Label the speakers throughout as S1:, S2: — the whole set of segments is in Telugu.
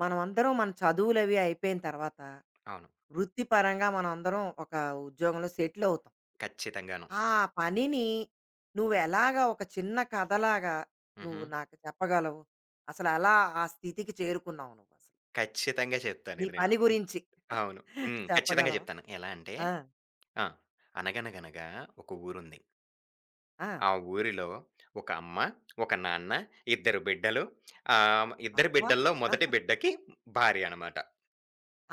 S1: మనమందరం మన చదువులవి అయిపోయిన తర్వాత,
S2: అవును.
S1: వృత్తిపరంగా మనందరం ఒక ఉద్యోగంలో సెటిల్ అవుతాం.
S2: ఖచ్చితంగాను.
S1: ఆ పనిని నువ్వెలాగా ఒక చిన్న కథలాగా
S2: హుహు.
S1: నువ్వు నాకు చెప్పగలవు? అసలెలా ఆ స్థితికి చేరుకున్నావు నువ్వసలు?
S2: ఖచ్చితంగా చెప్తాను
S1: నీ
S2: ఇది నేను.
S1: పని
S2: హ్మ్.
S1: గురించి
S2: అవును. హ్మ్. ఖచ్చితంగా
S1: చెప్పగలవా?
S2: చెప్తాను. ఎలా అంటే
S1: ఆ!
S2: ఆ! అనగనగనగా ఒక ఊరుంది.
S1: ఆ!
S2: ఆ ఊరిలో ఒక అమ్మ, ఒక నాన్న, ఇద్దరు బిడ్డలు. ఆహ్, ఇద్దరు
S1: అబ్బా!
S2: బిడ్డల్లో మొదటి బిడ్డకి భార్య అనమాట.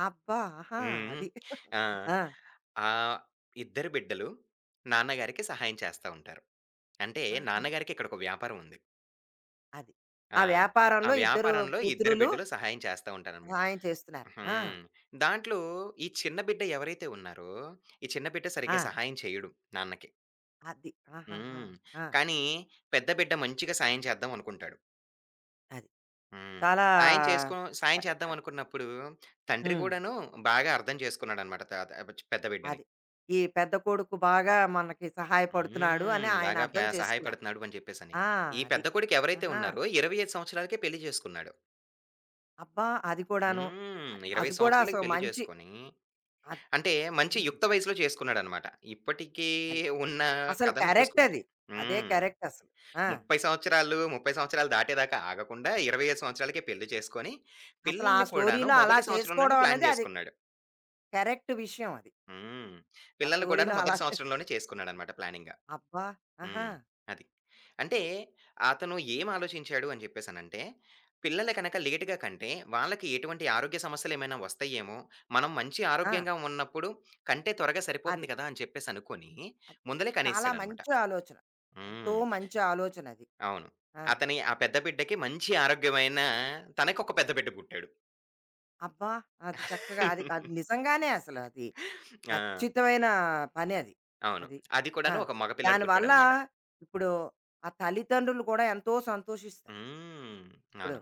S1: అబ్బా! ఆహా!
S2: హ్మ్.
S1: అది.
S2: ఆ!
S1: ఆ!
S2: ఆహ్, ఇద్దరు బిడ్డలు నాన్నగారికి సహాయం చేస్తా ఉంటారు. అంటే
S1: ఆహాహా!
S2: నాన్నగారికి ఇక్కడొక వ్యాపారం ఉంది.
S1: అది. ఆ
S2: ఆ! ఆ
S1: వ్యాపారంలో ఇద్దరు
S2: వ్యాపారంలో ఇద్దరు
S1: పుత్రులు
S2: బిడ్డలు సహాయం చేస్తా ఉంటారనమాట.
S1: సహాయం చేస్తున్నారు. ఆ!
S2: హ్మ్. దాంట్లో ఈ చిన్న బిడ్డ ఎవరైతే ఉన్నారో, ఈ చిన్న బిడ్డ
S1: ఆ!
S2: సరిగ్గా సహాయం చేయడు నాన్నకి.
S1: అది. ఆహాహా!
S2: హ్మ్.
S1: ఆ!
S2: కానీ పెద్ద బిడ్డ మంచిగా సాయం చేద్దాం అనుకుంటాడు.
S1: అది.
S2: హ్మ్.
S1: చాలా
S2: సాయం చేసుకో సాయం
S1: ఆహ్,
S2: చేద్దాం
S1: ఆహ్,
S2: అనుకున్నప్పుడు తండ్రి
S1: హ్మ్.
S2: కూడాను బాగా అర్థం చేసుకున్నాడనమాట త త పెద్ద బిడ్డని.
S1: అది. ఈ పెద్ద కొడుకు బాగా మనకి సహాయపడుతున్నాడు అని
S2: హ్మ్.
S1: ఆయన
S2: బాగా
S1: అర్థం చేసుకున్నారు.
S2: సహాయపడుతున్నాడు అని చెప్పేసని.
S1: ఆ!
S2: ఈ
S1: అది.
S2: పెద్ద కొడుకు ఎవరైతే
S1: ఆహా!
S2: ఉన్నారో 25 సంవత్సరాలకే పెళ్లి చేసుకున్నాడు.
S1: అబ్బా! అది కూడాను.
S2: హ్మ్.
S1: అది
S2: 25
S1: కూడా
S2: సంవత్సరాలకి
S1: అసలు
S2: పెళ్లి
S1: మంచి
S2: చేసుకొని
S1: అది.
S2: అంటే మంచి
S1: హ్మ్.
S2: యుక్త వయసులో చేసుకున్నాడనమాట. ఇప్పటికీ
S1: అది.
S2: ఉన్న
S1: అసలు
S2: కథను
S1: కరెక్ట్
S2: చూసుకుంటే.
S1: అది. అదే
S2: హ్మ్.
S1: కరెక్ట్ అసలు. ఆ!
S2: 30 సంవత్సరాలు, 30 సంవత్సరాలు దాటేదాకా ఆగకుండా 25 సంవత్సరాలకే పెళ్లి చేసుకొని,
S1: అసలు ఆ
S2: పిల్లల్ని కూడాను
S1: స్టోరీలో అలా
S2: మొదటి సంవత్సరంలోనే
S1: చేసుకోవడం
S2: ప్లాన్
S1: అనేది అది
S2: జేసుకున్నాడు.
S1: కరెక్ట్ విషయం అది.
S2: హ్మ్.
S1: ఆ
S2: పిల్లల్ని కూడాను
S1: స్టోరీలో అలా
S2: మొదటి
S1: చే
S2: సంవత్సరంలోనే చేసుకున్నాడనమాట ప్లానింగ్.
S1: అబ్బా! ఆహా!
S2: హ్మ్. అది. అంటే అతను ఏం ఆలోచించాడు అని చెప్పేసనంటే, పిల్లలు గనక లేట్‌గా కంటే, వాళ్ళకి ఎటువంటి ఆరోగ్య సమస్యలేమైనా వస్తాయేమో, మనం మంచి
S1: ఆ!
S2: ఆరోగ్యంగా ఉన్నప్పుడు కంటే త్వరగా
S1: అది.
S2: సరిపోతుంది కదా! అని చెప్పేసనుకోని
S1: అది
S2: ముందలే
S1: చాలా
S2: కనేసాడనమాట.
S1: మంచి ఆలోచన. ఎంతో
S2: హ్మ్.
S1: మంచి ఆలోచనది.
S2: అవును.
S1: ఆ!
S2: అతని ఆ పెద్ద బిడ్డకి మంచి ఆరోగ్యమైన తనకొక పెద్ద బిడ్డ పుట్టాడు.
S1: అబ్బా! అది చక్కగా అది అది నిజంగానే అసలు అది
S2: ఆ!
S1: ఖచ్చితమైన పని అది.
S2: అవును.
S1: అది.
S2: అది
S1: ఆ!
S2: కూడాను ఒక మగ పిల్లాడు
S1: దానివల్ల
S2: పుట్టాడనమాట.
S1: ఇప్పుడు ఆ తల్లిదండ్రులు కూడా ఎంతో సంతోషిస్తారు.
S2: హ్మ్.
S1: ఇప్పుడు
S2: అవును.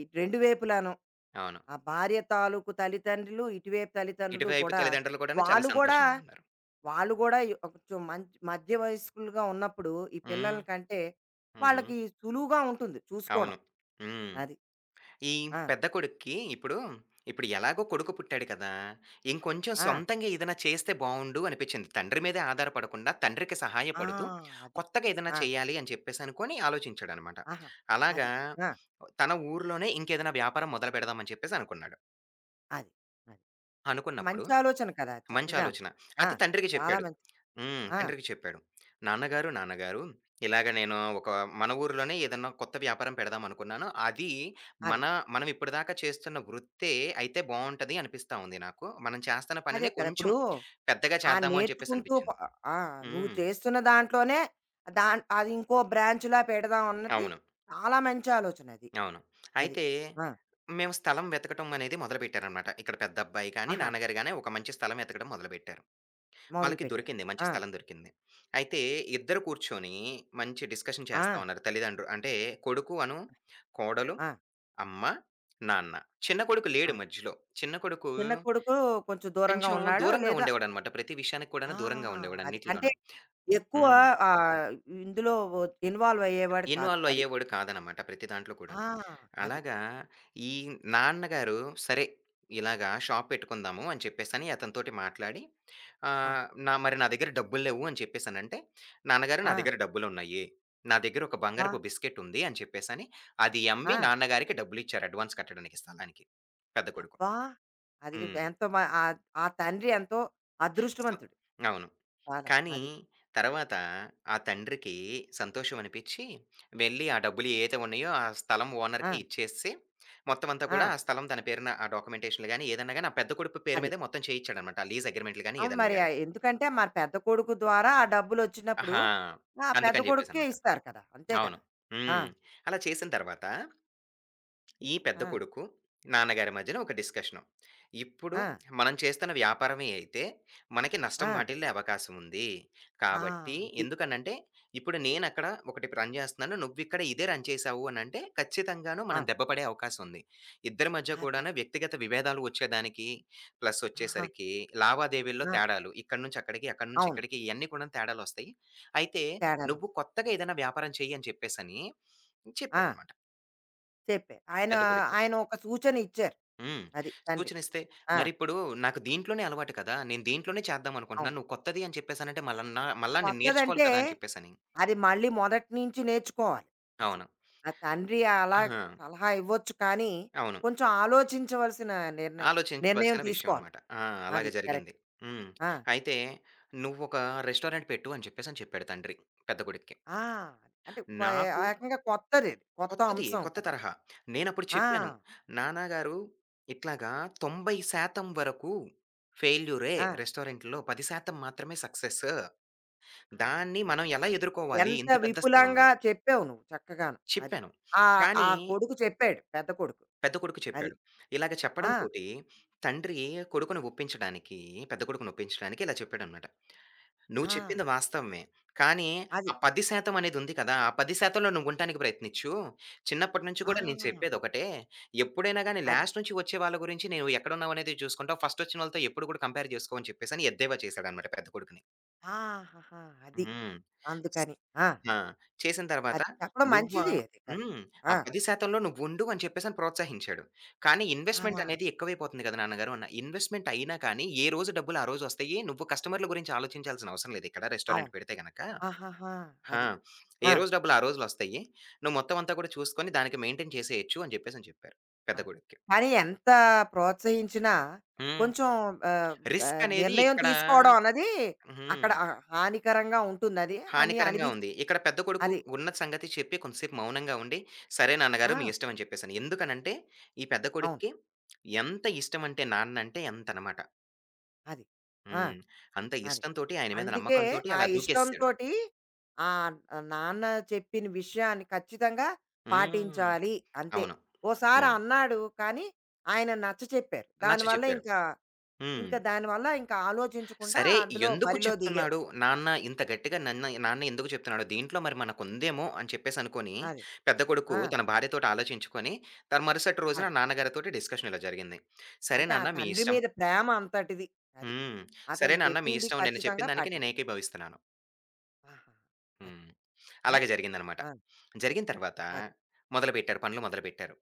S1: ఈ రెండు వైపులాను.
S2: అవును.
S1: ఆ భార్య తాలూకు తల్లిదండ్రులు, ఇటువైపు తల్లిదండ్రులు
S2: ఇటువైపు
S1: కూడా
S2: తల్లిదండ్రులు కూడాను చాలా
S1: వాళ్ళు కూడా
S2: సంతోషంగా ఉన్నారు.
S1: వాళ్ళు కూడా ఈ కొంచెం మంచి మధ్య వయస్కులుగా ఉన్నప్పుడు ఈ
S2: హ్మ్.
S1: పిల్లల కంటే
S2: హుహు.
S1: వాళ్ళకి సులువుగా ఉంటుంది చూసుకోవడం.
S2: అవును. హ్మ్.
S1: అది.
S2: ఈ
S1: ఆ!
S2: పెద్ద కొడుక్కి ఇప్పుడు, ఇప్పుడు ఎలాగో కొడుకు పుట్టాడు కదా! ఇంకొంచెం
S1: ఆ!
S2: సొంతంగా ఏదైనా చేస్తే బావుండు అనిపిచ్చింది. తండ్రి మీదే ఆధారపడకుండా తండ్రికి
S1: ఆ!
S2: సహాయపడుతూ,
S1: అది.
S2: కొత్తగా ఏదైనా
S1: ఆ!
S2: చేయాలి అని చెప్పేసి అనుకోని ఆలోచించాడనమాట.
S1: ఆహా! అది.
S2: అలాగా
S1: ఆ!
S2: తన ఊర్లోనే ఇంకేదైనా వ్యాపారం మొదలు పెడదాం అని చెప్పేసి అనుకున్నాడు.
S1: అది. అది.
S2: అనుకున్నప్పుడు
S1: మంచి ఆలోచన కదా!
S2: మంచి
S1: చక్కగాను.
S2: ఆలోచన.
S1: ఆ!
S2: అది తండ్రికి
S1: చాలా
S2: చెప్పాడు.
S1: మంచి
S2: హ్మ్.
S1: ఆ!
S2: తండ్రికి చెప్పాడు. "నాన్నగారు, నాన్నగారు ఇలాగ నేను ఒక మన ఊర్లోనే ఏదన్నా కొత్త వ్యాపారం పెడదాం అనుకున్నాను. అది
S1: అదే.
S2: మన మనం ఇప్పటిదాకా చేస్తున్న వృత్తే అయితే బావుంటది అనిపిస్తా ఉంది నాకు. మనం చేస్తున్న
S1: అదే
S2: పనినే
S1: కదా!
S2: కొంచెం
S1: ఇప్పుడు
S2: పెద్దగా
S1: ఆ
S2: చేద్దాము" అని చెప్పేసి
S1: నేర్చుకుంటూ ప
S2: అనిపించింది.
S1: ఆ! నువ్వు
S2: హ్మ్.
S1: చేస్తున్న దాంట్లోనే అది ఇంకో బ్రాంచ్‌లా పెడదాం అన్నది
S2: అవును.
S1: చాలా మంచి ఆలోచన అది.
S2: అవును.
S1: అది.
S2: అయితే
S1: ఆ!
S2: మేము స్థలం వెతకటం అనేది మొదలుపెట్టారనమాట. ఇక్కడ పెద్దబ్బాయి కానీ,
S1: ఆహా!
S2: నాన్నగారు గాని ఒక మంచి స్థలం వెతకడం మొదలుపెట్టారు. వాళ్ళకి
S1: మొదలుపెట్టారు.
S2: దొరికింది. మంచి
S1: ఆ!
S2: స్థలం దొరికింది. అయితే ఇద్దరు కూర్చొని మంచి డిస్కషన్ చేస్తా
S1: ఆ!
S2: ఉన్నారు తల్లిదండ్రులు. అంటే కొడుకు అను, కోడలు,
S1: ఆ!
S2: అమ్మ, నాన్న. చిన్న కొడుకు
S1: ఆ!
S2: లేడు మధ్యలో. చిన్న కొడుకు
S1: చిన్న కొడుకు కొంచెం దూరంగా
S2: కొంచెం
S1: ఉన్నాడు.
S2: దూరంగా
S1: లేదా
S2: ఉండేవాడనమాట. ప్రతి విషయానికి
S1: ఆ!
S2: కూడాను దూరంగా ఉండేవాడు
S1: అది. అంటే
S2: అన్నిటిలోనూ.
S1: ఎక్కువ
S2: హ్మ్.
S1: ఆహ్, ఇందులో ఇన్వాల్వ్ అయ్యేవాడు కాదు.
S2: ఇన్వాల్వ్
S1: అది.
S2: అయ్యేవాడు కాదనమాట ప్రతి దాంట్లో
S1: ఆ!
S2: కూడాను.
S1: అది.
S2: అలాగా ఈ నాన్నగారు సరే ఇలాగా షాప్ పెట్టుకుందాము అని చెప్పేసని అతనితోటి మాట్లాడి
S1: ఆ!
S2: ఆహ్, నా దగ్గర డబ్బులు లేవు అని చెప్పేసనంటే, నాన్నగారు నా
S1: ఆ!
S2: దగ్గర డబ్బులున్నాయి. నా దగ్గర ఒక
S1: అబ్బా!
S2: బంగారపు బిస్కెట్ ఉంది అని చెప్పేసని, అది అమ్మి
S1: ఆ!
S2: నాన్నగారికి డబ్బులిచ్చారు అడ్వాన్స్ కట్టడానికి స్థలానికి. పెద్ద కొడుకు.
S1: అబ్బా! అది
S2: హ్మ్.
S1: ఎంతో ఆ తండ్రి ఎంతో
S2: స
S1: అదృష్టవంతుడు.
S2: అవును.
S1: చాలా.
S2: కానీ
S1: అది.
S2: తర్వాత ఆ తండ్రికి సంతోషం అనిపిచ్చి, వెళ్ళి ఆ డబ్బులు ఏయైతే ఉన్నాయో ఆ స్థలం
S1: ఆ!
S2: ఓనర్‌కి ఇచ్చేసి, మొత్తం అంతా
S1: ఆ!
S2: కూడా ఆ స్థలం తన పేరున ఆ డాక్యుమెంటేషన్‌లు గాని, ఏదన్నా గాని ఆ పెద్ద కొడుకు పేరు
S1: అది.
S2: మీదే మొత్తం చేయిచ్చాడనమాట. ఆ లీజ్ అగ్రీమెంట్‌లు గాని,
S1: అవును.
S2: ఏదన్నా
S1: మరి ఆ
S2: గాని.
S1: ఎందుకంటే మరి పెద్ద కొడుకు ద్వారా ఆ డబ్బులొచ్చినప్పుడు
S2: ఆహా!
S1: ఆ పెద్ద
S2: అందుకని
S1: కొడుక్కే
S2: జెప్పేసనమాట.
S1: ఇస్తారు కదా! అంతే కదా!
S2: అవును.
S1: ఆ!
S2: హ్మ్. అలా చేసిన తర్వాత ఈ పెద్ద
S1: ఆ!
S2: కొడుకు, నాన్నగారి మధ్యన ఒక డిస్కషను. ఇప్పుడు
S1: ఆ!
S2: మనం చేస్తున్న వ్యాపారమే అయితే, మనకి నష్టం
S1: ఆ!
S2: వాటిల్లే అవకాశం ఉంది.
S1: ఆ!
S2: కాబట్టి
S1: అది.
S2: ఎందుకనంటే, ఇప్పుడు నేనక్కడ ఒకటి రన్ చేస్తున్నాను. నువ్విక్కడ ఇదే రన్ చేశావు అనంటే, ఖచ్చితంగాను
S1: ఆ!
S2: మనం దెబ్బ పడే అవకాశం ఉంది. ఇద్దరి మధ్య
S1: అది.
S2: కూడాను వ్యక్తిగత విభేదాలు వచ్చేదానికి, ప్లస్
S1: ఆహా!
S2: వచ్చేసరికి లావాదేవీల్లో
S1: ఆ!
S2: తేడాలు. ఇక్కడి నుంచి అక్కడికి, అక్కడి నుంచి
S1: అవును.
S2: ఇక్కడికి ఇయన్నీ కూడాను తేడాలొస్తాయి. అయితే,
S1: తేడాలు.
S2: "నువ్వు కొత్తగా ఏదైనా వ్యాపారం చెయ్యి" అని చెప్పేసని
S1: ఆ!
S2: చెప్పాడనమాట
S1: చెప్పారు. ఆయన
S2: పెద్ద కొడుక్కి.
S1: ఆయన ఒక సూచన ఇచ్చారు.
S2: హ్మ్.
S1: అది తండ్రి.
S2: సూచనిస్తే
S1: ఆ!
S2: మరిప్పుడు నాకు దీంట్లోనే అలవాటు కదా! నేను దీంట్లోనే చేద్దాం
S1: అవును.
S2: అనుకుంటున్నాను. నువ్వు కొత్తది అని చెప్పేసనంటే మళ్ళా నేను నేర్చుకోవాలి
S1: కొత్తదంటే
S2: కదా! అని చెప్పేసని.
S1: అది మళ్ళీ మొదటి నుంచి నేర్చుకోవాలి అసలు.
S2: అవును.
S1: ఆ తండ్రి అలా
S2: ఆహా!
S1: సలహా ఇవ్వచ్చు కానీ,
S2: అవును.
S1: కొంచెం ఆలోచించవలసిన నిర్ణయం నిర్ణయం
S2: ఆలోచించవలసిన విషయం
S1: తీసుకోవాలి.
S2: అనమాట. ఆ!
S1: అది
S2: అలాగే జరిగింది.
S1: కరెక్ట్.
S2: హ్మ్.
S1: ఆ!
S2: అయితే "నువ్వొక రెస్టారెంట్ పెట్టు" అని చెప్పేసని చెప్పాడు తండ్రి పెద్ద కొడుక్కి.
S1: ఆ! అంటే వ ఆ
S2: నాకు
S1: రకంగా కొత్తదది. కొత్త
S2: కొత్తది.
S1: అంశం
S2: కొత్త
S1: కదా! అది.
S2: తరహా. నేనప్పుడు
S1: ఆ!
S2: చెప్పాను. "నాన్నగారు ఇట్లాగా 90% వరకు ఫెయిల్యూరే
S1: ఆ!
S2: రెస్టారెంట్‌లో. 10% మాత్రమే సక్సెస్."
S1: ఆ!
S2: దాన్ని
S1: అది.
S2: మనం ఎలా ఎదుర్కోవాలి
S1: ఎంత
S2: ఇంత పెద్ద
S1: విపులంగా
S2: స్థలంలో?
S1: చెప్పావు నువ్వు చక్కగాను. అది.
S2: చెప్పాను.
S1: ఆ ఆ
S2: కానీ
S1: కొడుకు చెప్పాడు పెద్ద కొడుకు.
S2: పెద్ద కొడుకు
S1: అది.
S2: చెప్పాడు. ఇలాగ
S1: ఆ!
S2: చెప్పడంతోటి తండ్రి కొడుకుని ఒప్పించడానికి, పెద్ద కొడుకుని ఒప్పించడానికి ఇలా చెప్పాడనమాట. "నువ్వు
S1: ఆ!
S2: చెప్పింది వాస్తవమే. కానీ ఆ
S1: అది.
S2: 10% అనేదుంది కదా! ఆ 10%లో నువ్వుంటానికి ప్రయత్నించు. చిన్నప్పటి నుంచి
S1: ఆ!
S2: కూడా నేను చెప్పేదొకటే. ఎప్పుడైనా గాని
S1: అది.
S2: లాస్ట్ నుంచి వచ్చే వాళ్ళ గురించి నువ్వు ఎక్కడున్నావనేది చూసుకుంటావు. ఫస్ట్ వచ్చినోళ్ళతో ఎప్పుడు కూడా కంపేర్ చేసుకో" అని చెప్పేసని ఎద్దేవా చేశాడనమాట పెద్ద కొడుకుని.
S1: ఆహాహా! అది.
S2: హ్మ్. స్
S1: అందుకని. ఆ!
S2: ఆ! చేసిన తర్వాత
S1: అది చెప్పడం
S2: నువ్వా
S1: మంచిది అది.
S2: హ్మ్.
S1: కరెక్టే. ఆ!
S2: ఆ 10% నువ్వుండు అని చెప్పేసని ప్రోత్సహించాడు. కానీ
S1: ఆ!
S2: ఇన్వెస్ట్‌మెంట్ అనేది ఎక్కువైపోతుంది కదా నాన్నగారు అన్నా. ఇన్వెస్ట్‌మెంట్ అయినా కానీ ఏ రోజు డబ్బులు ఆ రోజు వస్తాయి. నువ్వు కస్టమర్‌ల గురించి ఆలోచించాల్సిన అవసరం లేదు ఇక్కడ
S1: అవును.
S2: రెస్టారెంట్ పెడితే గనక.
S1: ఆహాహా!
S2: ఆ!
S1: అది.
S2: ఏ
S1: ఆ!
S2: రోజు డబ్బులు ఆ రోజులొస్తాయి. నువ్వు మొత్తం అంతా కూడా చూసుకొని దానికి మెయింటైన్ చేసేయొచ్చు అని చెప్పేసని చెప్పారు
S1: ఆ!
S2: పెద్ద కొడుక్కి.
S1: కానీ ఎంత ప్రోత్సహించినా
S2: హ్మ్.
S1: కొంచెం ఆహ్, ఆహ్,
S2: రిస్క్ అనేది
S1: నిర్ణయం
S2: ఇక్కడ
S1: తీసుకోవడం అన్నది అక్కడ
S2: హ్మ్.
S1: హానికరంగా ఉంటుందది అని
S2: హానికరంగా ఉంది.
S1: అనిపించింది.
S2: ఇక్కడ పెద్ద కొడుకు
S1: అది.
S2: ఉన్న సంగతి చెప్పి కొంతసేపు మౌనంగా ఉండి, "సరే నాన్నగారు మీ
S1: ఆ!
S2: ఇష్టం" అని చెప్పేసని. ఎందుకనంటే ఈ పెద్ద
S1: అవును.
S2: కొడుక్కి ఎంత ఇష్టం అంటే నాన్న అంటే అంతనమాట.
S1: అది. ఆ!
S2: హ్మ్. అంత
S1: అది.
S2: ఇష్టంతోటి ఆయన మీద
S1: అందుకే
S2: నమ్మకంతోటి
S1: ఆ
S2: అలా దూకేసేసాడు.
S1: ఇష్టంతోటి ఆ నాన్న చెప్పిన విషయాన్ని ఖచ్చితంగా
S2: హ్మ్.
S1: పాటించాలి అంతే.
S2: అవును.
S1: ఓసారి
S2: అవును.
S1: అన్నాడు కానీ ఆయన నచ్చ చెప్పారు.
S2: నచ్చ
S1: దానివల్ల
S2: చెప్పారు.
S1: ఇంకా,
S2: హ్మ్.
S1: ఇంకా దానివల్ల ఇంకా ఆలోచించకుండా
S2: సరే
S1: అందులో
S2: ఎందుకు
S1: బరిలో దిగావు.
S2: చెప్తున్నాడు నాన్న ఇంత గట్టిగా నాన్న ఎందుకు చెప్తున్నాడు? దీంట్లో మరి మనకుందేమో అని చెప్పేసనుకోని
S1: అది.
S2: పెద్ద కొడుకు
S1: ఆ!
S2: తన భార్యతోటి ఆలోచించుకొని, తన మరుసటి రోజున
S1: అది.
S2: నాన్నగారితోటి డిస్కషన్ ఇలా జరిగింది. "సరే
S1: అంటే ఆ
S2: నాన్న మీ
S1: తండ్రి
S2: ఇష్టం.
S1: మీద ప్రేమ అంతటిది. అది.
S2: హ్మ్. సరే
S1: అతను
S2: నాన్న మీ
S1: చెప్పింది
S2: ఇష్టం నేను చెప్పిన
S1: ఖచ్చితంగా
S2: దానికి నేను
S1: పాటించాలి.
S2: ఏకీభవిస్తున్నాను.
S1: ఆహా! అది.
S2: హ్మ్.
S1: ఆ!
S2: అలాగే జరిగిందనమాట.
S1: ఆ!
S2: జరిగిన తర్వాత
S1: అది.
S2: మొదలుపెట్టారు. పనులు మొదలుపెట్టారు.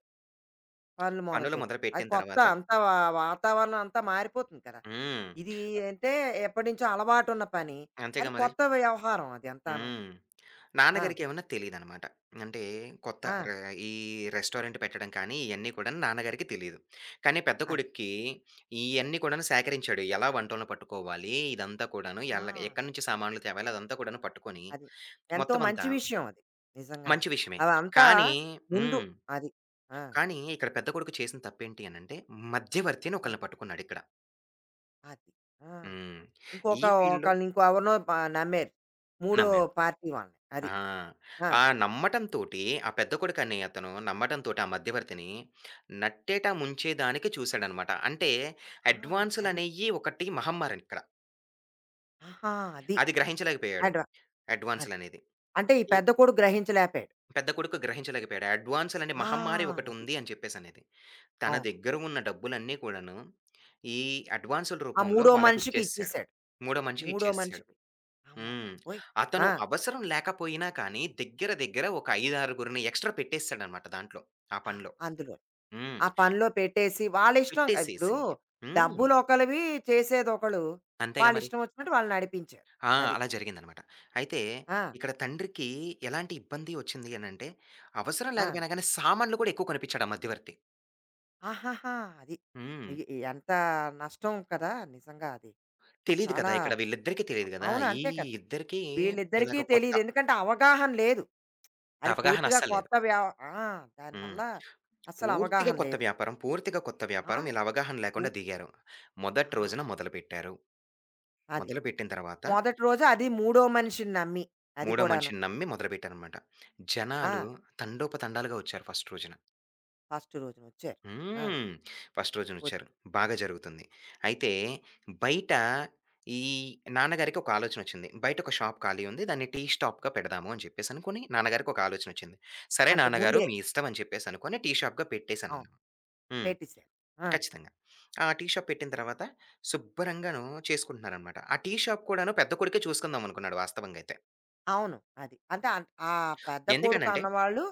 S1: పనులు
S2: పనులు
S1: మొదలుపెట్టారు. అది
S2: మొదలుపెట్టిన
S1: కొత్త
S2: తర్వాత
S1: అంతా వాతావరణం అంతా మారిపోతుంది కదా!
S2: హ్మ్.
S1: ఇది అంటే ఎప్పటినుంచో అలవాటున్న పని. అది
S2: అంతేగా మరి.
S1: కొత్త వ్యవహారం అది అంతాను.
S2: హ్మ్.
S1: ఆ!
S2: నాన్నగారికేమన్నా తెలీదనమాట. అంటే కొత్త
S1: ఆ!
S2: ర ఈ రెస్టారెంట్ పెట్టడం కానీ ఇయన్నీ కూడాను నాన్నగారికి తెలీదు. కానీ పెద్ద
S1: అది.
S2: కొడుక్కి ఇయన్నీ కూడాను సేకరించాడు. ఎలా వంటోలను పట్టుకోవాలి, ఇదంతా కూడాను
S1: ఆ!
S2: ఎక్కడి నుంచి సామాన్లు తేవాలి అదంతా కూడాను పట్టుకొని
S1: అది. ఎంతో
S2: మొత్తం అంతా
S1: మంచి విషయం అది. నిజంగాను.
S2: మంచి విషయమే.
S1: అవంతా
S2: కానీ
S1: ముందు
S2: హ్మ్.
S1: అది. ఆ!
S2: కానీ ఇక్కడ పెద్ద కొడుకు చేసిన తప్పేంటి అనంటే, మధ్యవర్తి అని
S1: ఆ!
S2: ఒకళ్ళని పట్టుకున్నాడిక్కడ.
S1: అది. ఆ!
S2: హ్మ్. ఈ
S1: ఇంకొక
S2: ఫీల్డ్‌లో
S1: ఒకళ్ళని ఇంకో ఎవరినో నమ్మారు. మూడో
S2: నమ్మాడు.
S1: పార్టీ వాళ్ళని. అది.
S2: ఆ!
S1: ఆ!
S2: ఆ నమ్మటంతోటి ఆ పెద్ద కొడుకనే అతను నమ్మటంతోటి ఆ మధ్యవర్తిని నట్టేట ముంచేదానికి చూసాడనమాట. అంటే
S1: ఆ! అది.
S2: అడ్వాన్సులనేయి ఒకటి మహమ్మారిక్కడ.
S1: ఆహా! అది.
S2: అది గ్రహించలేకపోయాడు
S1: అడ్వా అది.
S2: అడ్వాన్సులనేది.
S1: అంటే ఈ
S2: ఈ
S1: పెద్ద కొడుకు గ్రహించలేకపోయాడు.
S2: పెద్ద కొడుకు గ్రహించలేకపోయాడు. అడ్వాన్సులనే
S1: ఆ!
S2: మహమ్మారి
S1: అది.
S2: ఒకటుంది అని చెప్పేసనేది. తన
S1: అవును.
S2: దగ్గర ఉన్న డబ్బులన్నీ కూడాను ఈ అడ్వాన్సుల
S1: ఆ
S2: రూపంలో
S1: మూడో మనిషికి
S2: వాళ్ళకిచ్చేసాడు.
S1: ఇచ్చేసాడు.
S2: మూడో మనిషికి
S1: మూడో
S2: ఇచ్చేసాడు.
S1: మనిషికి. అమ్మ
S2: హ్మ్.
S1: బాబోయ్!
S2: అతను
S1: ఆ!
S2: అవసరం లేకపోయినా కానీ, దగ్గర దగ్గర ఒక 5, 6గురిని ఎక్స్‌ట్రా పెట్టేసేసాడనమాట దాంట్లో. ఆ
S1: ఆ!
S2: పనిలో.
S1: అందులో.
S2: హ్మ్.
S1: ఆ పనిలో పెట్టేసి వాళ్ళిష్టం. ఇప్పుడు
S2: పెట్టేసేసి హ్మ్.
S1: డబ్బులు ఒకళ్ళవి, చేసేదొకళ్ళు.
S2: అంతేగా మరి.
S1: వాళ్ళిష్టం వచ్చినట్టు వాళ్ళు నడిపించారు.
S2: ఆ!
S1: అది.
S2: అలా జరిగిందనమాట. అయితే
S1: ఆ!
S2: ఇక్కడ తండ్రికి ఎలాంటి ఇబ్బంది ఒచ్చింది అనంటే, అవసరం
S1: ఆ!
S2: లేకపోయినా గానీ సామాన్లు కూడా ఎక్కువ కొనిపించాడు ఆ మధ్యవర్తి.
S1: ఆహాహా! అది.
S2: హ్మ్.
S1: ఎ ఎంత నష్టం కదా! నిజంగా అది.
S2: తెలీదు కదా!
S1: చాలా
S2: ఇక్కడ వీళ్ళిద్దరికీ తెలీదు గదా!
S1: అవును.
S2: ఈ
S1: అంతే కదా!
S2: ఇద్దరికీ
S1: వీళ్ళిద్దరికీ
S2: ఇలాగ కొత్త
S1: తెలీదు. ఎందుకంటే అవగాహన లేదు. అది
S2: అవగాహన
S1: పూర్తిగా
S2: అస్సలు లేదు.
S1: కొత్త వ్యవ ఆ!
S2: హ్మ్.
S1: దానివల్ల అస్సలు
S2: పూర్తిగా
S1: అవగాహన
S2: కొత్త
S1: లేదు.
S2: వ్యాపారం. పూర్తిగా కొత్త
S1: ఆ!
S2: వ్యాపారం. వీళ్ళు అవగాహన లేకుండా
S1: పూర్తి
S2: దిగారు. మొదటి
S1: ఆ!
S2: రోజున మొదలుపెట్టారు.
S1: అది.
S2: మొదలుపెట్టిన తర్వాత
S1: మొదటి రోజు అది మూడో మనిషిని నమ్మి. అది
S2: మూడో
S1: కూడాను.
S2: మనిషిని నమ్మి మొదలుపెట్టారనమాట.
S1: ఆ!
S2: జనాలు తండోపతండాలుగా వచ్చారు ఫస్ట్ రోజున.
S1: ఫస్ట్ రోజునొచ్చారు. ఆ!
S2: హ్మ్. ఫస్ట్
S1: ఒచ్
S2: రోజునొచ్చారు. బాగా జరుగుతుంది. అయితే బయట ఈ నాన్నగారికి ఒక ఆలోచనొచ్చింది. బయట ఒక షాప్ ఖాళీ ఉంది. దాన్ని టీ స్టాప్‌గా పెడదాము అని చెప్పేసి అనుకోని నాన్నగారికి ఒక ఆలోచనొచ్చింది. సరే
S1: అంటే
S2: నాన్నగారు
S1: ముందే.
S2: మీ ఇష్టం అని చెప్పేసి అనుకోని టీ షాప్‌గా
S1: అవును.
S2: పెట్టేసానన్నాం. హ్మ్.
S1: పెట్టేసారు. ఆ!
S2: ఖచ్చితంగా. ఆ టీ షాప్ పెట్టిన తర్వాత శుభ్రంగాను చేసుకుంటున్నారనమాట. ఆ టీ షాప్ కూడాను పెద్ద కొడుకే చూసుకుందాం అనుకున్నాడు వాస్తవంగా అయితే.
S1: అవును. అది. అంటే అన్ ఆ పెద్ద కొడుకు
S2: ఎందుకనంటే
S1: అన్నవాళ్ళు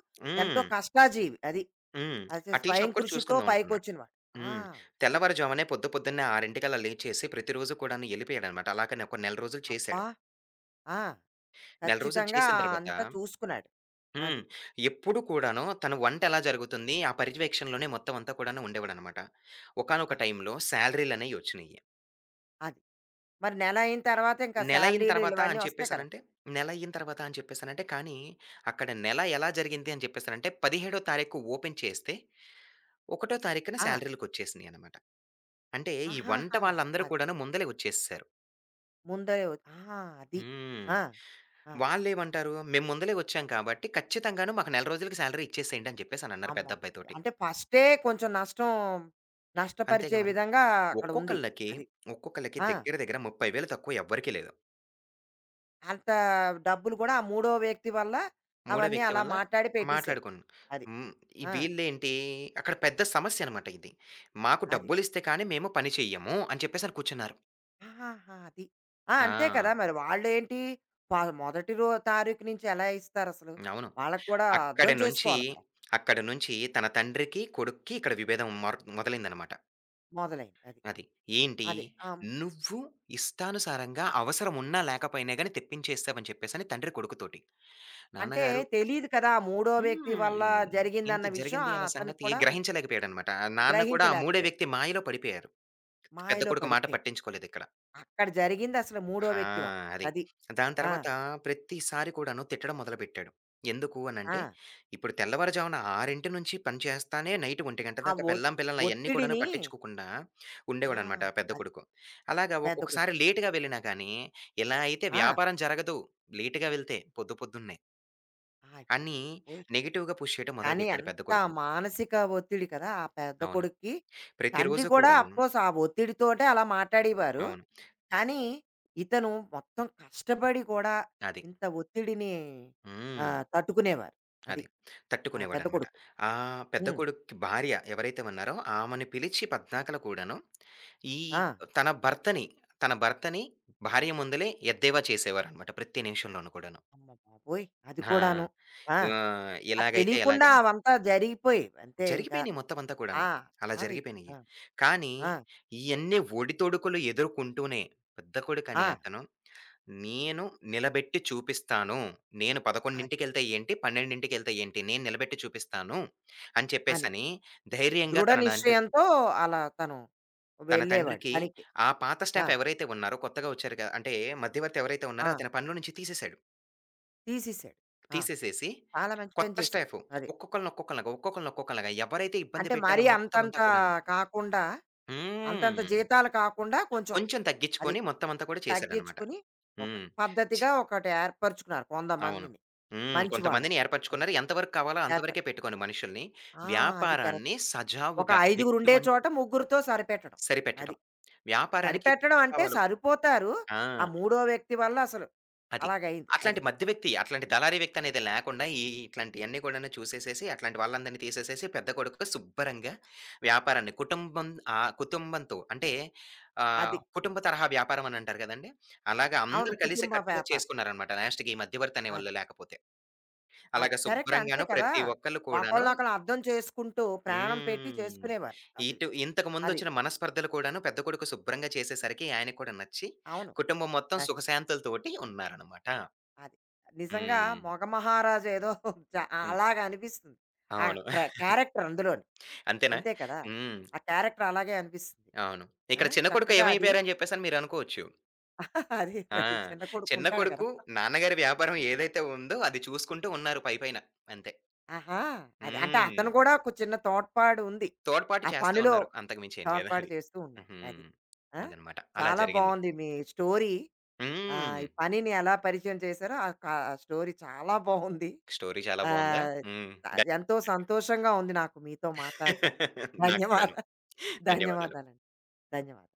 S1: ఎంతో
S2: హ్మ్.
S1: కష్టాజీవి. అది.
S2: హ్మ్.
S1: అది
S2: ఆ టీ
S1: స్వయం
S2: షాప్ కూడా
S1: కృషితో
S2: చూసుకుందాం అనుకున్నాడు.
S1: పైకొచ్చినవాడు. ఆ!
S2: హ్మ్.
S1: అది.
S2: తెల్లవారుజామునే పొద్దు పొద్దున్నే 6:00కల్లా లేచేసి ప్రతిరోజు కూడాను ఎళ్ళిపోయాడనమాట. అలాగనే ఒక నెల రోజులు
S1: అబ్బా!
S2: చేశాడు.
S1: ఆ!
S2: నెల రోజులు
S1: ఖచ్చితంగా
S2: చేసిన తర్వాత
S1: అంతా చూసుకున్నాడు. అది.
S2: హ్మ్. ఎప్పుడు కూడాను తన వంట ఎలా జరుగుతుంది, ఆ పర్యవేక్షణలోనే మొత్తం అంతా కూడాను ఉండేవాడనమాట.
S1: ఆ!
S2: ఒకానొక టైంలో శాలరీలనేయి ఒచ్చినియి.
S1: అది. మరి నెల అయిన తర్వాత ఇంకా
S2: నెలయిన
S1: శాలరీలు
S2: తర్వాత
S1: ఇవన్నీ
S2: అని
S1: వస్తాయి కదా!
S2: చెప్పేసనంటే నెలయిన తర్వాత అని చెప్పేసనంటే కానీ, అక్కడ నెల ఎలా జరిగింది అని చెప్పేసనంటే 17 తారీఖు ఓపెన్ చేస్తే, ఒకటో తారీఖున
S1: ఆ!
S2: శాలరీలకొచ్చేసినియనమాట. అంటే ఈ వంట
S1: ఆహాహా!
S2: వాళ్ళందరూ
S1: అది.
S2: కూడాను ముందలే వచ్చేసేశారు.
S1: ముందరే వ ఆ! అది.
S2: హ్మ్.
S1: ఆ! ఆ!
S2: వాళ్ళేమంటారు, "మేము ముందలే వచ్చాం కాబట్టి ఖచ్చితంగాను మాకు నెల రోజులకి శాలరీ ఇచ్చేసేయండి" అని చెప్పేసనన్నారు
S1: అమ్మో!
S2: పెద్దబ్బాయి తోటి.
S1: అంటే ఫస్టే కొంచెం నష్టం
S2: అంతేగా
S1: నష్టపరిచే
S2: మరి.
S1: విధంగా అక్కడ ఉంది.
S2: ఒక్కొక్కళ్ళకి,
S1: అది.
S2: ఒక్కొక్కళ్ళకి
S1: ఆ!
S2: దగ్గర దగ్గర 30,000 తక్కువ ఎవ్వరికీ లేదు.
S1: అంత డబ్బులు కూడా ఆ మూడో వ్యక్తి వల్ల
S2: మూడో
S1: అవన్నీ
S2: వ్యక్తి
S1: అలా
S2: వల్ల
S1: మాట్లాడి పెట్టేసాడు.
S2: మాట్లాడుకున్నాను.
S1: అది.
S2: హ్మ్. ఈ
S1: ఆ!
S2: వీళ్ళేంటి అక్కడ పెద్ద సమస్యనమాట ఇది. మాకు
S1: అది.
S2: డబ్బులిస్తే కానీ మేము పని చెయ్యము అని చెప్పేసని కూర్చున్నారు.
S1: ఆహాహా! అది. ఆ! అంతే
S2: ఆ!
S1: కదా! మరి వాళ్ళేంటి ప మొదటి రో తారీఖు నుంచి ఎలా ఇస్తారసలు?
S2: అవును.
S1: వాళ్ళకి కూడా అర్థం
S2: అక్కడి నుంచి,
S1: చేసుకోవాలి కదా!
S2: అక్కడి నుంచి తన తండ్రికి, కొడుక్కి ఇక్కడ విభేదం మొదలైందనమాట.
S1: మొదలైంది. అది.
S2: అది. ఏంటి?
S1: అది. ఆ!
S2: నువ్వు ఇష్టానుసారంగా అవసరం ఉన్నా లేకపోయినా గాని తెప్పించేసావని చెప్పేసని తండ్రి కొడుకుతోటి.
S1: అంటే
S2: నాన్నగారు
S1: తెలీదు కదా! ఆ మూడో వ్యక్తి వల్ల
S2: హ్మ్. ఇంత
S1: జరిగిందన్న విషయం
S2: జరిగింది అన్న
S1: అతను
S2: సంగతి
S1: కూడా
S2: గ్రహించలేకపోయాడనమాట. నాన్న కూడా ఆ మూడో
S1: గ్రహించలేకపోయాడు.
S2: వ్యక్తి మాయలో పడిపోయారు. పెద్ద
S1: మాయలో
S2: కొడుకు మాట
S1: పడిపోయాడు.
S2: పట్టించుకోలేదిక్కడ.
S1: అక్కడ జరిగిందసలు మూడో
S2: ఆ!
S1: వ్యక్తి వల్ల.
S2: అది.
S1: అది.
S2: దాని
S1: ఆ!
S2: తర్వాత ప్రతిసారి కూడాను తిట్టడం మొదలుపెట్టాడు. ఎందుకు
S1: ఆ!
S2: అనంటే, ఇప్పుడు తెల్లవారుజామున 6 నుంచి పని చేస్తానే నైట్ 1
S1: ఆ
S2: దాకా
S1: ఒత్
S2: పెళ్ళాం, పిల్లల్ని అయన్నీ కూడాను
S1: ఒత్తిడిని
S2: పట్టించుకోకుండా
S1: ఆ!
S2: ఉండేవాడనమాట పెద్ద
S1: అది.
S2: కొడుకు. అలాగా
S1: పెద్ద కొడుకు.
S2: ఒక్కొక్కసారి లేట్‌గా వెళ్ళినా గానీ, ఇలా అయితే
S1: ఆ!
S2: వ్యాపారం జరగదు లేట్‌గా వెళ్తే పొద్దు పొద్దున్నే అని
S1: అయ్యోయ్!
S2: నెగెటివ్‌గా పుష్ చేయడం
S1: కానీ
S2: మొదలుపెట్టాడు పెద్ద
S1: ఎంత
S2: కొడుకుని.
S1: మానసిక ఒత్తిడి కదా! ఆ పెద్ద
S2: అవును.
S1: కొడుక్కి. తండ్రి
S2: ప్రతిరోజు
S1: కూడా
S2: కూడాను.
S1: అఫ్‌కోర్స్ ఆ ఒత్తిడితోటే అలా మాట్లాడేవారు.
S2: అవును.
S1: కానీ ఇతను మొత్తం కష్టపడి కూడా
S2: అది.
S1: ఇంత ఒత్తిడిని ఆ,
S2: హ్మ్.
S1: తట్టుకునేవారు. అది
S2: అది.
S1: ఆ పెద్ద
S2: తట్టుకునేవాడనమాట.
S1: కొడుకు.
S2: ఆహ్, పెద్ద
S1: హ్మ్.
S2: కొడుక్కి భార్య ఎవరైతే ఉన్నారో ఆమెని పిలిచి పద్దాకల కూడాను, ఈ
S1: ఆ!
S2: తన భర్తని, తన భర్తని భార్య ముందలే ఎద్దేవా చేసేవారనమాట ప్రతి నిమిషంలోను కూడాను.
S1: అమ్మ బాబోయ్! అది కూడాను.
S2: ఆ!
S1: ఆ!
S2: ఆహ్,
S1: అది
S2: ఇలాగైతే
S1: తెలియకుండా
S2: ఎలాగా
S1: అవంతా జరిగిపోయేవి అంతే ఇంకా.
S2: జరిగిపోయినాయి మొత్తమంతా కూడాను.
S1: ఆ!
S2: అలా
S1: అది.
S2: జరిగిపోయినాయి.
S1: ఆ!
S2: కానీ,
S1: ఆ!
S2: ఇయన్నీ ఒడితోడుకులు ఎదుర్కొంటూనే పెద్ద
S1: ఆ!
S2: కొడుకనే అతను నేను నిలబెట్టి చూపిస్తాను. నేను
S1: అది
S2: 11:00కెళ్తే ఏంటి? 12:00కెళ్తే ఏంటి? నేను నిలబెట్టి చూపిస్తాను అని
S1: అని.
S2: చెప్పేసని ధైర్యంగా
S1: దృఢ నిశ్చయంతో అలా తను
S2: తన
S1: వెళ్ళేవాడు
S2: తండ్రికి
S1: పనికి.
S2: ఆ పాత
S1: ఆ!
S2: స్టాఫ్ ఎవరైతే ఉన్నారో కొత్తగా వచ్చారు అంటే మధ్యవర్తి ఎవరైతే ఉన్నారో
S1: ఆ!
S2: అతని పనిలో నుంచి తీసేసాడు.
S1: తీసేసాడు. ఆ!
S2: తీసేసేసి
S1: చాలా మంచి పని
S2: కొత్త
S1: చేశాడు.
S2: స్టాఫ్
S1: అది.
S2: ఒక్కొక్కళ్ళని ఒక్కొక్కళ్ళగా, ఒక్కొక్కళ్ళని ఒక్కొక్కళ్ళగా ఎవరైతే ఇబ్బంది
S1: అంటే
S2: పెట్టారో
S1: మరీ
S2: మొత్తం
S1: అంతంత
S2: అంతా కూడాను
S1: కాకుండా అంతంత
S2: హ్మ్.
S1: జీతాలు కాకుండా కొంచెం
S2: కొంచెం
S1: అది
S2: తగ్గించుకొని మొత్తం అంతా కూడా చేశాడనమాట.
S1: తగ్గించుకుని ఒక
S2: హ్మ్. చ్
S1: పద్ధతిగా ఒకటి ఏర్పరచుకున్నారు
S2: అవును.
S1: కొంతమందిని.
S2: హ్మ్.
S1: మంచి వాళ్ళని.
S2: కొంతమందిని
S1: అది
S2: ఏర్పరచుకున్నారు. ఎంతవరకు కావాలో
S1: ఏర్ప
S2: అంతవరకే పెట్టుకోండి మనుషుల్ని.
S1: ఆ! అది
S2: వ్యాపారాన్ని
S1: కరెక్ట్. ఒక
S2: సజావుగా
S1: ఐదుగురు ఉండే
S2: ఎటువంటి
S1: చోట ముగ్గురితో సరిపెట్టడం. అది.
S2: సరిపెట్టడం. వ్యాపారానికి
S1: సరిపెట్టడం
S2: ఎంత
S1: అంటే
S2: కావాలో
S1: సరిపోతారు.
S2: ఆ!
S1: ఆ మూడో వ్యక్తి వల్ల అసలు
S2: అది.
S1: అలాగయింది. అది.
S2: అట్లాంటి మధ్య వ్యక్తి, అట్లాంటి దళారీ వ్యక్తి అనేది లేకుండా ఈ ఇట్లాంటియన్నీ కూడాను చూసేసేసి, అట్లాంటి వాళ్ళందరిని తీసేసేసి పెద్ద కొడుకు శుభ్రంగా వ్యాపారాన్ని కుటుంబం ఆహ్, కుటుంబంతో అంటే ఆహ్,
S1: అది.
S2: కుటుంబ తరహా వ్యాపారం అని అంటారు గదండీ! అలాగా
S1: అవును.
S2: అందరూ
S1: కుటుంబ
S2: కలిసికట్టుగా
S1: వ్యాపారం.
S2: చేసుకున్నారనమాట. లాస్ట్‌కి ఈ మధ్యవర్తి
S1: అది.
S2: అనేవాళ్ళు లేకపోతే.
S1: అవును.
S2: అలాగా
S1: కరెక్ట్ అంతే
S2: శుభ్రంగాను
S1: కదా!
S2: ప్రతి ఒక్కళ్ళు కూడాను
S1: ఒకళ్ళనొకళ్ళు అర్థం చేసుకుంటూ ప్రాణం పెట్టి
S2: హ్మ్.
S1: చేసుకునేవారు. అది.
S2: ఇటు
S1: అది.
S2: ఇంతకుముందొచ్చిన మనస్పర్ధలు కూడాను పెద్ద కొడుకు శుభ్రంగా చేసేసరికి ఆయనకి కూడా నచ్చి,
S1: అవును.
S2: కుటుంబం మొత్తం
S1: నచ్చింది.
S2: సుఖశాంతులతోటి ఉన్నారనమాట.
S1: అది. నిజంగా
S2: హ్మ్.
S1: మొగ మహారాజు ఏదో చ
S2: హ్మ్.
S1: అలాగా అనిపిస్తుంది. ఆ
S2: అవును.
S1: ప్ర క్యారెక్టర్ అందులోని.
S2: అంతేనా?
S1: అంతే కదా!
S2: హ్మ్.
S1: ఆ క్యారెక్టర్ అలాగే అనిపిస్తుంది.
S2: అవును.
S1: ఆ!
S2: ఇక్కడ చిన్న కొడుకు
S1: చక్కగా అది
S2: ఏమైపోయారని చెప్పేసని మీరనుకోవచ్చు.
S1: అది
S2: ఆ!
S1: మరి చిన్న
S2: చిన్న
S1: కొడుకుంటాడు కదా!
S2: కొడుకు నాన్నగారి వ్యాపారం ఏదైతే ఉందో అది చూసుకుంటూ ఉన్నారు పై పైన. అంతే.
S1: ఆహా! అది. అంటే
S2: హ్మ్.
S1: అతను కూడా ఒక చిన్న తోడ్పాటు ఉంది.
S2: తోడ్పాటు
S1: ఆ
S2: చేస్తా
S1: పనిలో
S2: ఉన్నారు. అంతకు మించి ఏం లేదు
S1: తోడ్పాటు
S2: అది.
S1: చేస్తూ ఉన్నాడు. అది.
S2: హ్మ్.
S1: ఆ!
S2: అదనమాట. అలా
S1: చాలా
S2: జరిగింది.
S1: బావుంది మీ స్టోరీ.
S2: హ్మ్.
S1: ఈ పనిని ఎలా పరిచయం చేశారో ఆ క స్టోరీ చాలా బావుంది.
S2: స్టోరీ చాలా బావుందా?
S1: ఆహ్,
S2: హ్మ్. ద
S1: ఎంతో సంతోషంగా ఉంది నాకు మీతో మాట్లాడడం.
S2: నాకు
S1: ధన్యవాద
S2: కూడాను. ధన్యవాదాలు.
S1: ధన్యవాదాలండి. ధన్యవాదాలు.